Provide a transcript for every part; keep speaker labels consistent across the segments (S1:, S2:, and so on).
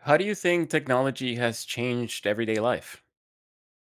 S1: How do you think technology has changed everyday life?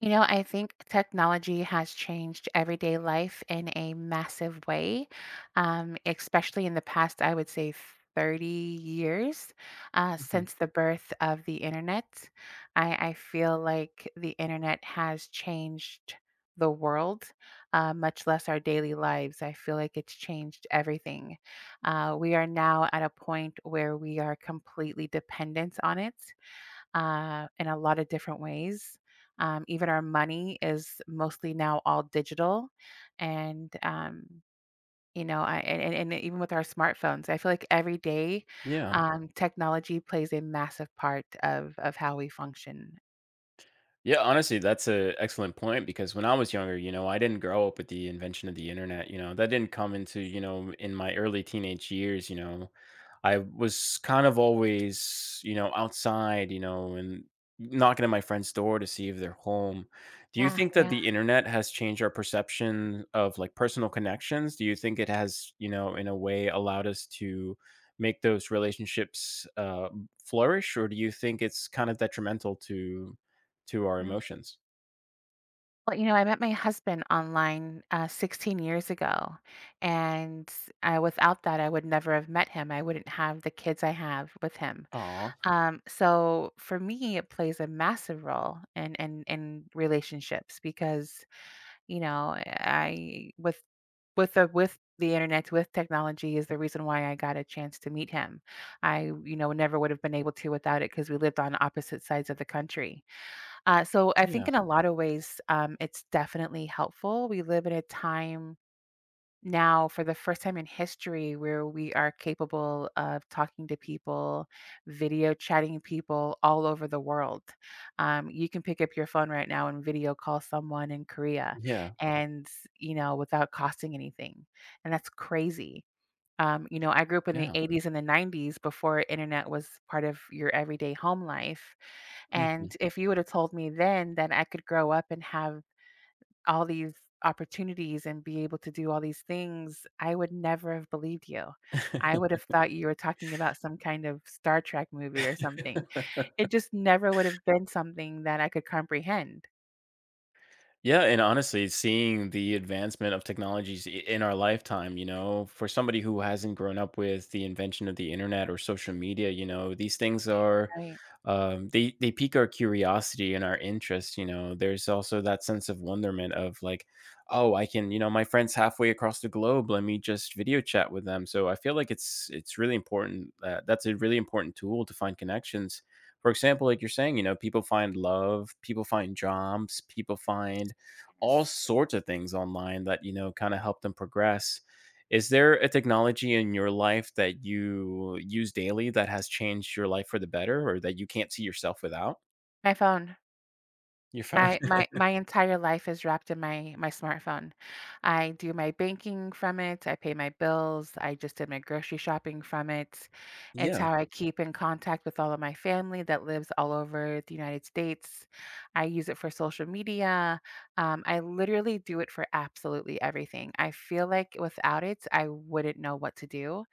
S2: You know, I think technology has changed everyday life in a massive way, especially in the past, I would say 30 years
S1: Mhm.
S2: since the birth of the internet. I feel like the internet has changed the world, much less our daily lives. I feel like it's changed everything. We are now at a point where we are completely dependent on it in a lot of different ways. Even our money is mostly now all digital, and you know, I, and even with our smartphones, I feel like every day
S1: Yeah.
S2: technology plays a massive part of how we function.
S1: Yeah, honestly, that's an excellent point because when I was younger, I didn't grow up with the invention of the internet. That didn't come into, in my early teenage years, I was kind of always, outside, and knocking at my friend's door to see if they're home. Do you
S2: Yeah,
S1: think that
S2: yeah.
S1: the internet has changed our perception of, like, personal connections? Do you think it has, in a way, allowed us to make those relationships flourish, or do you think it's kind of detrimental to our
S2: Mm.
S1: emotions?
S2: Well, you know, I met my husband online 16 years ago, and without that, I would never have met him. I wouldn't have the kids I have with him.
S1: Aw,
S2: So for me, it plays a massive role in in relationships because I with with the internet with technology is the reason why I got a chance to meet him. I never would have been able to without it because we lived on opposite sides of the country. So I think
S1: yeah,
S2: in a lot of ways, it's definitely helpful. We live in a time now for the first time in history where we are capable of talking to people, video chatting people all over the world. You can pick up your phone right now and video call someone in Korea
S1: yeah,
S2: and, without costing anything. And that's crazy. You know, I grew up in the
S1: yeah,
S2: 80s and the 90s before internet was part of your everyday home life.
S1: mhm.
S2: And if you would have told me then that I could grow up and have all these opportunities and be able to do all these things, I would never have believed you. I would have thought you were talking about some kind of Star Trek movie or something. It just never would have been something that I could comprehend.
S1: Yeah, and honestly, seeing the advancement of technologies in our lifetime, for somebody who hasn't grown up with the invention of the internet or social media, these things
S2: Right,
S1: are,
S2: right.
S1: they pique our curiosity and our interest. You know, there's also that sense of wonderment of, like, oh, I can, my friend's halfway across the globe. Let me just video chat with them. So I feel like it's really important. That's a really important tool to find connections, for example, like you're saying, people find love, people find jobs, people find all
S2: Yes.
S1: sorts of things online that, kind of help them progress. Is there a technology in your life that you use daily that has changed your life for the better, or that you can't see yourself without?
S2: My phone.
S1: Your phone?
S2: I my entire life is wrapped in my smartphone. I do my banking from it, I pay my bills, I just did my grocery shopping from it. It's
S1: Yeah.
S2: how I keep in contact with all of my family that lives all over the United States. I use it for social media. I literally do it for absolutely everything. I feel like without it, I wouldn't know what to do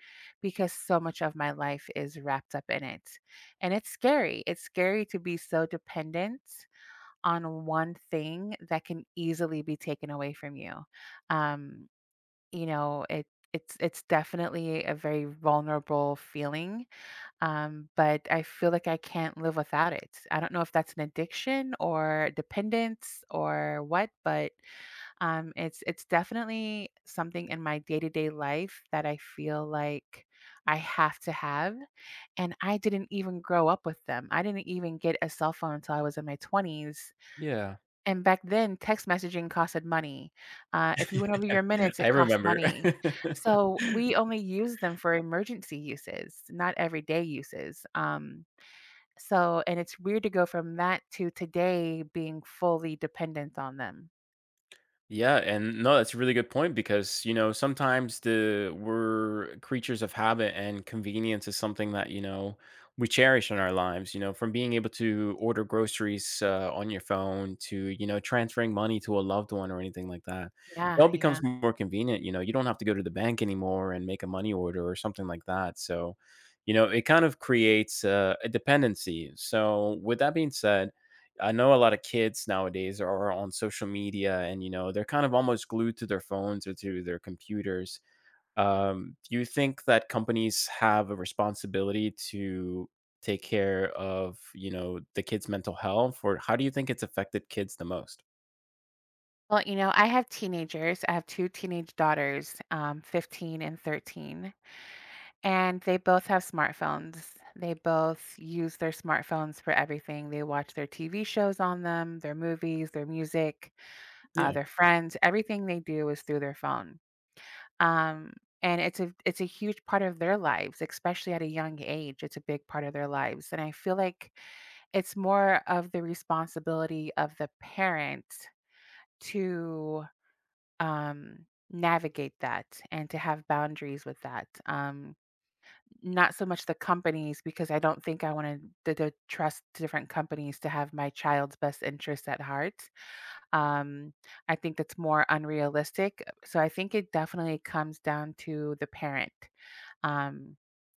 S2: because so much of my life is wrapped up in it. And it's scary. It's scary to be so dependent on one thing that can easily be taken away from you. Um, you know, it it's definitely a very vulnerable feeling, but I feel like I can't live without it. I don't know if that's an addiction or dependence or what, but it's definitely something in my day to day life that I feel like I have to have and I didn't even grow up with them. I didn't even get a cell phone until I was in my 20s.
S1: Yeah.
S2: And back then, text messaging costed money. If you went over your minutes,
S1: I
S2: it cost
S1: remember.
S2: money. So we only used them for emergency uses, not everyday uses. And it's weird to go from that to today being fully dependent on them.
S1: Yeah, and no, that's a really good point because, sometimes, the we're creatures of habit, and convenience is something that, we cherish in our lives. You know, from being able to order groceries, on your phone, to transferring money to a loved one or anything like that, it
S2: Yeah,
S1: all
S2: yeah.
S1: becomes more convenient. You know, you don't have to go to the bank anymore and make a money order or something like that. So, it kind of creates, a dependency. So, with that being said, I know a lot of kids nowadays are on social media, and, they're kind of almost glued to their phones or to their computers. Do you think that companies have a responsibility to take care of, the kids' mental health? Or how do you think it's affected kids the most?
S2: Well, you know, I have teenagers. I have two teenage daughters, 15 and 13. And they both have smartphones. They both use their smartphones for everything. They watch their TV shows on them, their movies, their music,
S1: Yeah,
S2: their friends. Everything they do is through their phone. Um, and it's a huge part of their lives, especially at a young age. It's a big part of their lives. And I feel like it's more of the responsibility of the parent to navigate that and to have boundaries with that. Not so much the companies because I don't think I wanna d trust different companies to have my child's best interests at heart. Um, I think that's more unrealistic. So I think it definitely comes down to the parent. Um,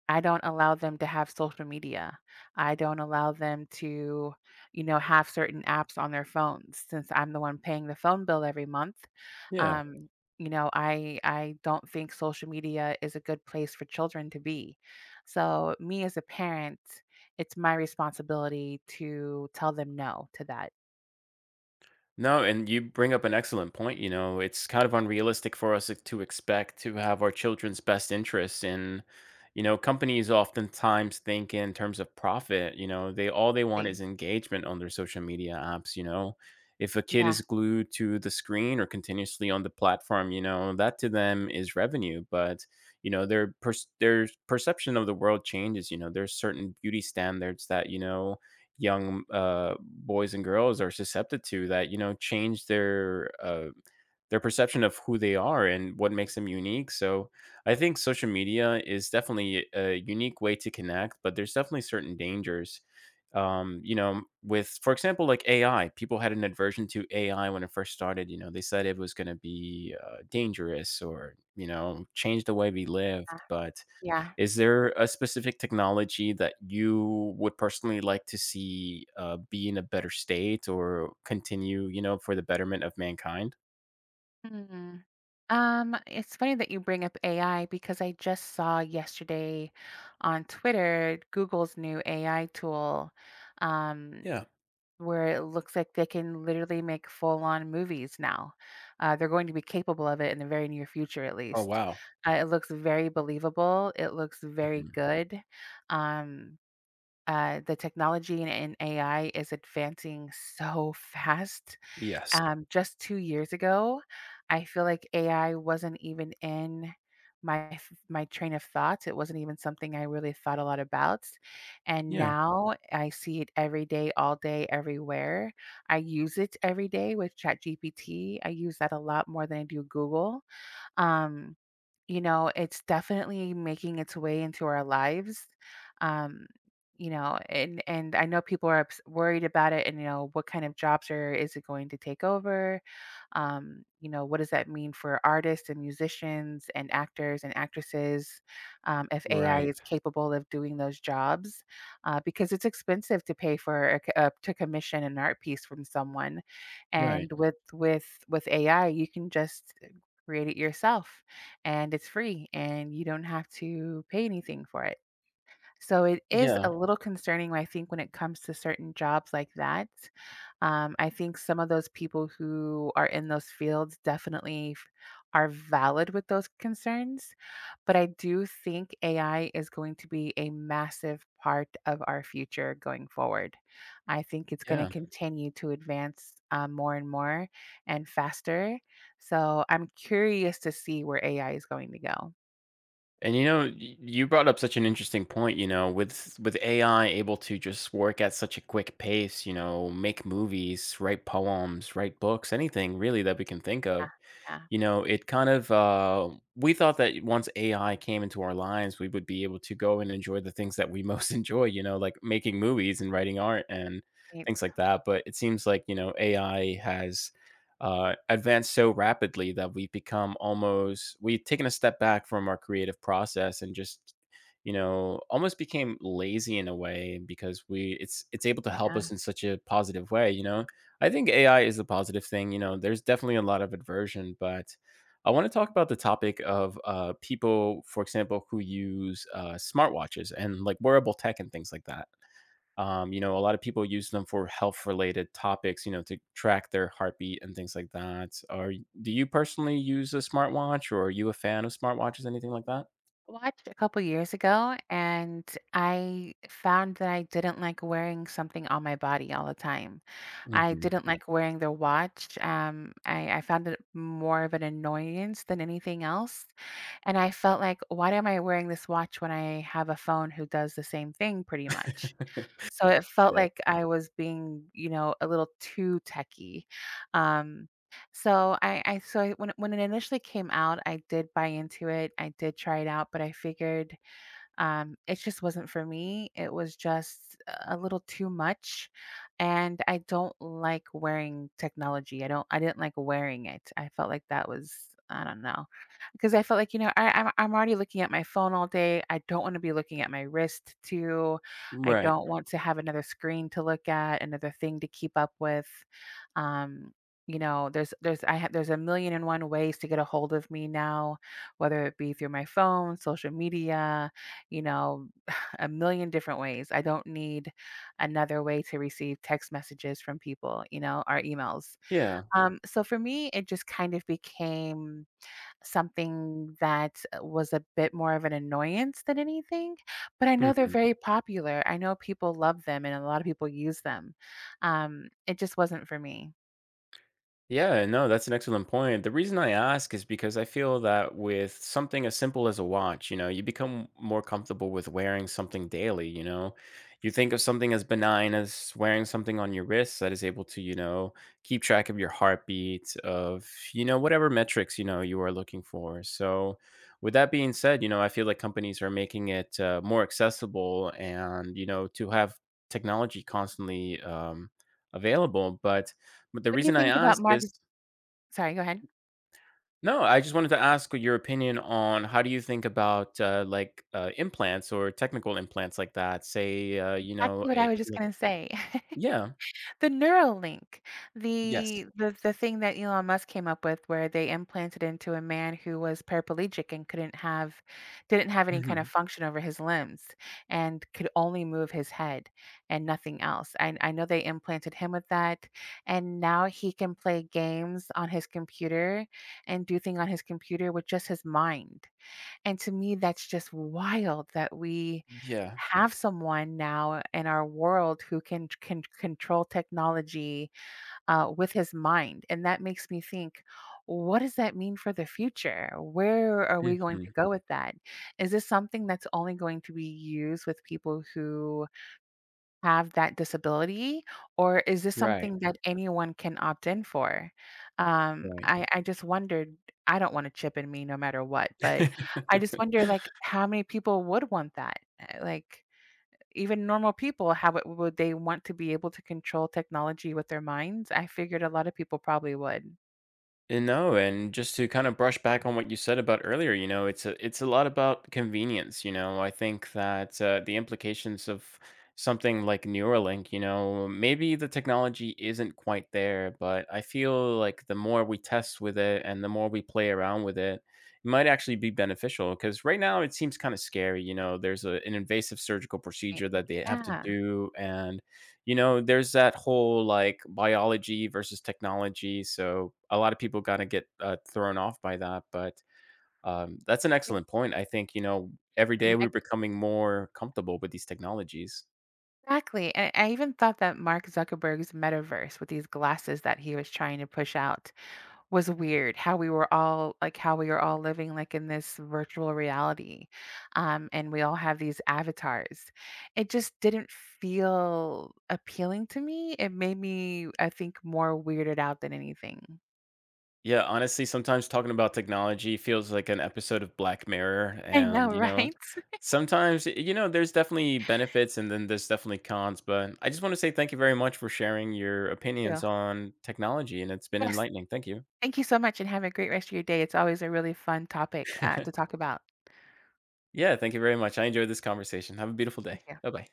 S2: I don't allow them to have social media. I don't allow them to, you know, have certain apps on their phones since I'm the one paying the phone bill every month.
S1: yeah.
S2: Um, you know, I don't think social media is a good place for children to be. So, me as a parent, it's my responsibility to tell them no to that.
S1: No, and you bring up an excellent point. You know, it's kind of unrealistic for us to expect to have our children's best interests in, companies oftentimes think in terms of profit. You know, they want
S2: They-
S1: is engagement on their social media apps. If a kid is
S2: Yeah.
S1: glued to the screen or continuously on the platform, that to them is revenue. But their their perception of the world changes. You know, there's certain beauty standards that, young, boys and girls are susceptible to, that, change their uh,
S2: they-
S1: their perception of who they are and what makes them unique. So I think social media is definitely a unique way to connect, but there's definitely certain dangers, with, for example, like AI. People had an aversion to AI when it first started. They said it was going to be dangerous, or, change the way we
S2: Yeah.
S1: lived. But
S2: Yeah.
S1: is there a specific technology that you would personally like to see, be in a better state, or continue, for the betterment of mankind?
S2: Mhm. It's funny that you bring up AI because I just saw yesterday on Twitter Google's new AI tool, um,
S1: Yeah.
S2: where it looks like they can literally make full-on movies now. They're going to be capable of it in the very near future, at
S1: Oh,
S2: least.
S1: wow.
S2: It looks very believable. It looks very
S1: Mhm.
S2: good. Um, the technology in AI is advancing so fast.
S1: Yes.
S2: Just 2 years ago, I feel like AI wasn't even in my train of thoughts, it wasn't even something I really thought a lot about, and
S1: Yeah.
S2: now I see it every day, all day, everywhere. I use it every day with ChatGPT, I use that a lot more than I do Google. Um, you know, it's definitely making its way into our lives. Um, you know, and I know people are worried about it, and you know, what kind of jobs are is it going to take over? You know, what does that mean for artists and musicians and actors and actresses? If AI
S1: Right.
S2: is capable of doing those jobs, because it's expensive to pay for to commission an art piece from someone,
S1: Right.
S2: and with with AI, you can just create it yourself and it's free and you don't have to pay anything for it. So it is
S1: Yeah.
S2: a little concerning, I think, when it comes to certain jobs like that I think some of those people who are in those fields are valid with those concerns. But I do think AI is going to be a massive part of our future going forward. I think it's going to
S1: Yeah.
S2: continue to advance more and more and faster. So I'm curious to see where AI is going to go.
S1: And, you brought up such an interesting point, with AI able to just work at such a quick pace, make movies, write poems, write books, anything really that we can think of.
S2: Yeah. Yeah.
S1: You know, it kind of We thought that once AI came into our lives, we would be able to go and enjoy the things that we most enjoy, like making movies and writing art and
S2: I-
S1: things like that. But it seems like, AI has, advanced so rapidly that we've taken a step back from our creative process, and just, almost became lazy in a way, because it's able to help
S2: Yeah.
S1: us in such a positive way? I think AI is a positive thing. There's definitely a lot of aversion, but I want to talk about the topic of, people, for example, who use, smartwatches and, like, wearable tech and things like that. A lot of people use them for health related topics, to track their heartbeat and things like that. Are Do you personally use a smartwatch, or are you a fan of smartwatches, anything like that?
S2: Watched a couple years ago and I found that I didn't like wearing something on my body all the time. I
S1: Hmm.
S2: didn't like wearing the watch. I found it more of an annoyance than anything else. And I felt like, why am I wearing this watch when I have a phone who does the same thing pretty much? So it felt
S1: Yeah.
S2: like I was being, you know, a little too techie. Um, when when it initially came out, I did buy into it. I did try it out, but I figured it just wasn't for me. It was just a little too much. And I don't like wearing technology. I didn't like wearing it. I felt like that was, I don't know, because I felt like, you know, I'm already looking at my phone all day. I don't want to be looking at my wrist too. I
S1: Right.
S2: don't want to have another screen to look at, another thing to keep up with. Um, you know, there's I have there's a million and one ways to get a hold of me now, whether it be through my phone, social media, you know, a million different ways. I don't need another way to receive text messages from people, you know, or emails.
S1: Yeah.
S2: So for me, it just kind of became something that was a bit more of an annoyance than anything. But I know they're
S1: Mm-hmm.
S2: very popular. I know people love them and a lot of people use them. It just wasn't for me.
S1: Yeah, no, that's an excellent point. The reason I ask is because I feel that with something as simple as a watch, you become more comfortable with wearing something daily, you know. You think of something as benign as wearing something on your wrist that is able to, keep track of your heartbeat, of, whatever metrics, you are looking for. So, with that being said, I feel like companies are making it, more accessible, and, to have technology constantly, available. But the
S2: What do you
S1: reason I
S2: think about
S1: ask is,
S2: Mark's? Sorry, go ahead.
S1: no, I just wanted to ask your opinion on how do you think about, like, implants, or technical implants like that? Say,
S2: That's what I was just
S1: like,
S2: going to say.
S1: yeah.
S2: The Neuralink,
S1: Yes.
S2: the thing that Elon Musk came up with where they implanted into a man who was paraplegic and couldn't have didn't have any kind of
S1: Mhm.
S2: function over his limbs and could only move his head and nothing else. I know they implanted him with that and now he can play games on his computer and do things on his computer with just his mind. And to me, that's just wild that we
S1: Yeah.
S2: have someone now in our world who can control technology with his mind. And that makes me think, what does that mean for the future? Where are we going to
S1: Mhm.
S2: go with that? Is this something that's only going to be used with people who have that disability, or is this
S1: Right.
S2: something that anyone can opt in for?
S1: Right.
S2: I just wondered I don't want to chip in me no matter what, but I just wonder, like, how many people would want that? Like, even normal people, would they want to be able to control technology with their minds? I figured a lot of people probably would.
S1: And no, and just to kind of brush back on what you said about earlier, it's a lot about convenience. I think that, the implications of something like Neuralink, maybe the technology isn't quite there, but I feel like the more we test with it and the more we play around with it, it might actually be beneficial. Because right now it seems kind of scary. There's an invasive surgical
S2: Right.
S1: procedure that they have to
S2: Yeah.
S1: do, and, there's that whole, like, biology versus technology, so a lot of people kinda get, thrown off by that. But, that's an
S2: Twe-
S1: excellent point. I think, every day we're
S2: m-
S1: becoming more comfortable with these technologies.
S2: Exactly. And I even thought that Mark Zuckerberg's metaverse with these glasses that he was trying to push out was weird how we were all like how we were all living like in this virtual reality and we all have these avatars. It just didn't feel appealing to me. It made me, I think, more weirded out than anything.
S1: Yeah, honestly, sometimes talking about technology feels like an episode of Black Mirror,
S2: I
S1: and,
S2: know, right?
S1: sometimes, there's definitely benefits, and then there's definitely cons, but I just wanna say thank you very much for sharing your opinions
S2: Yeah.
S1: on technology, and it's been
S2: Yes,
S1: enlightening. Thank you.
S2: thank you so much and have a great rest of your day. It's always a really fun topic to talk about.
S1: Yeah, thank you very much. I enjoyed this conversation. Have a beautiful day.
S2: Thank you.
S1: Bye-bye.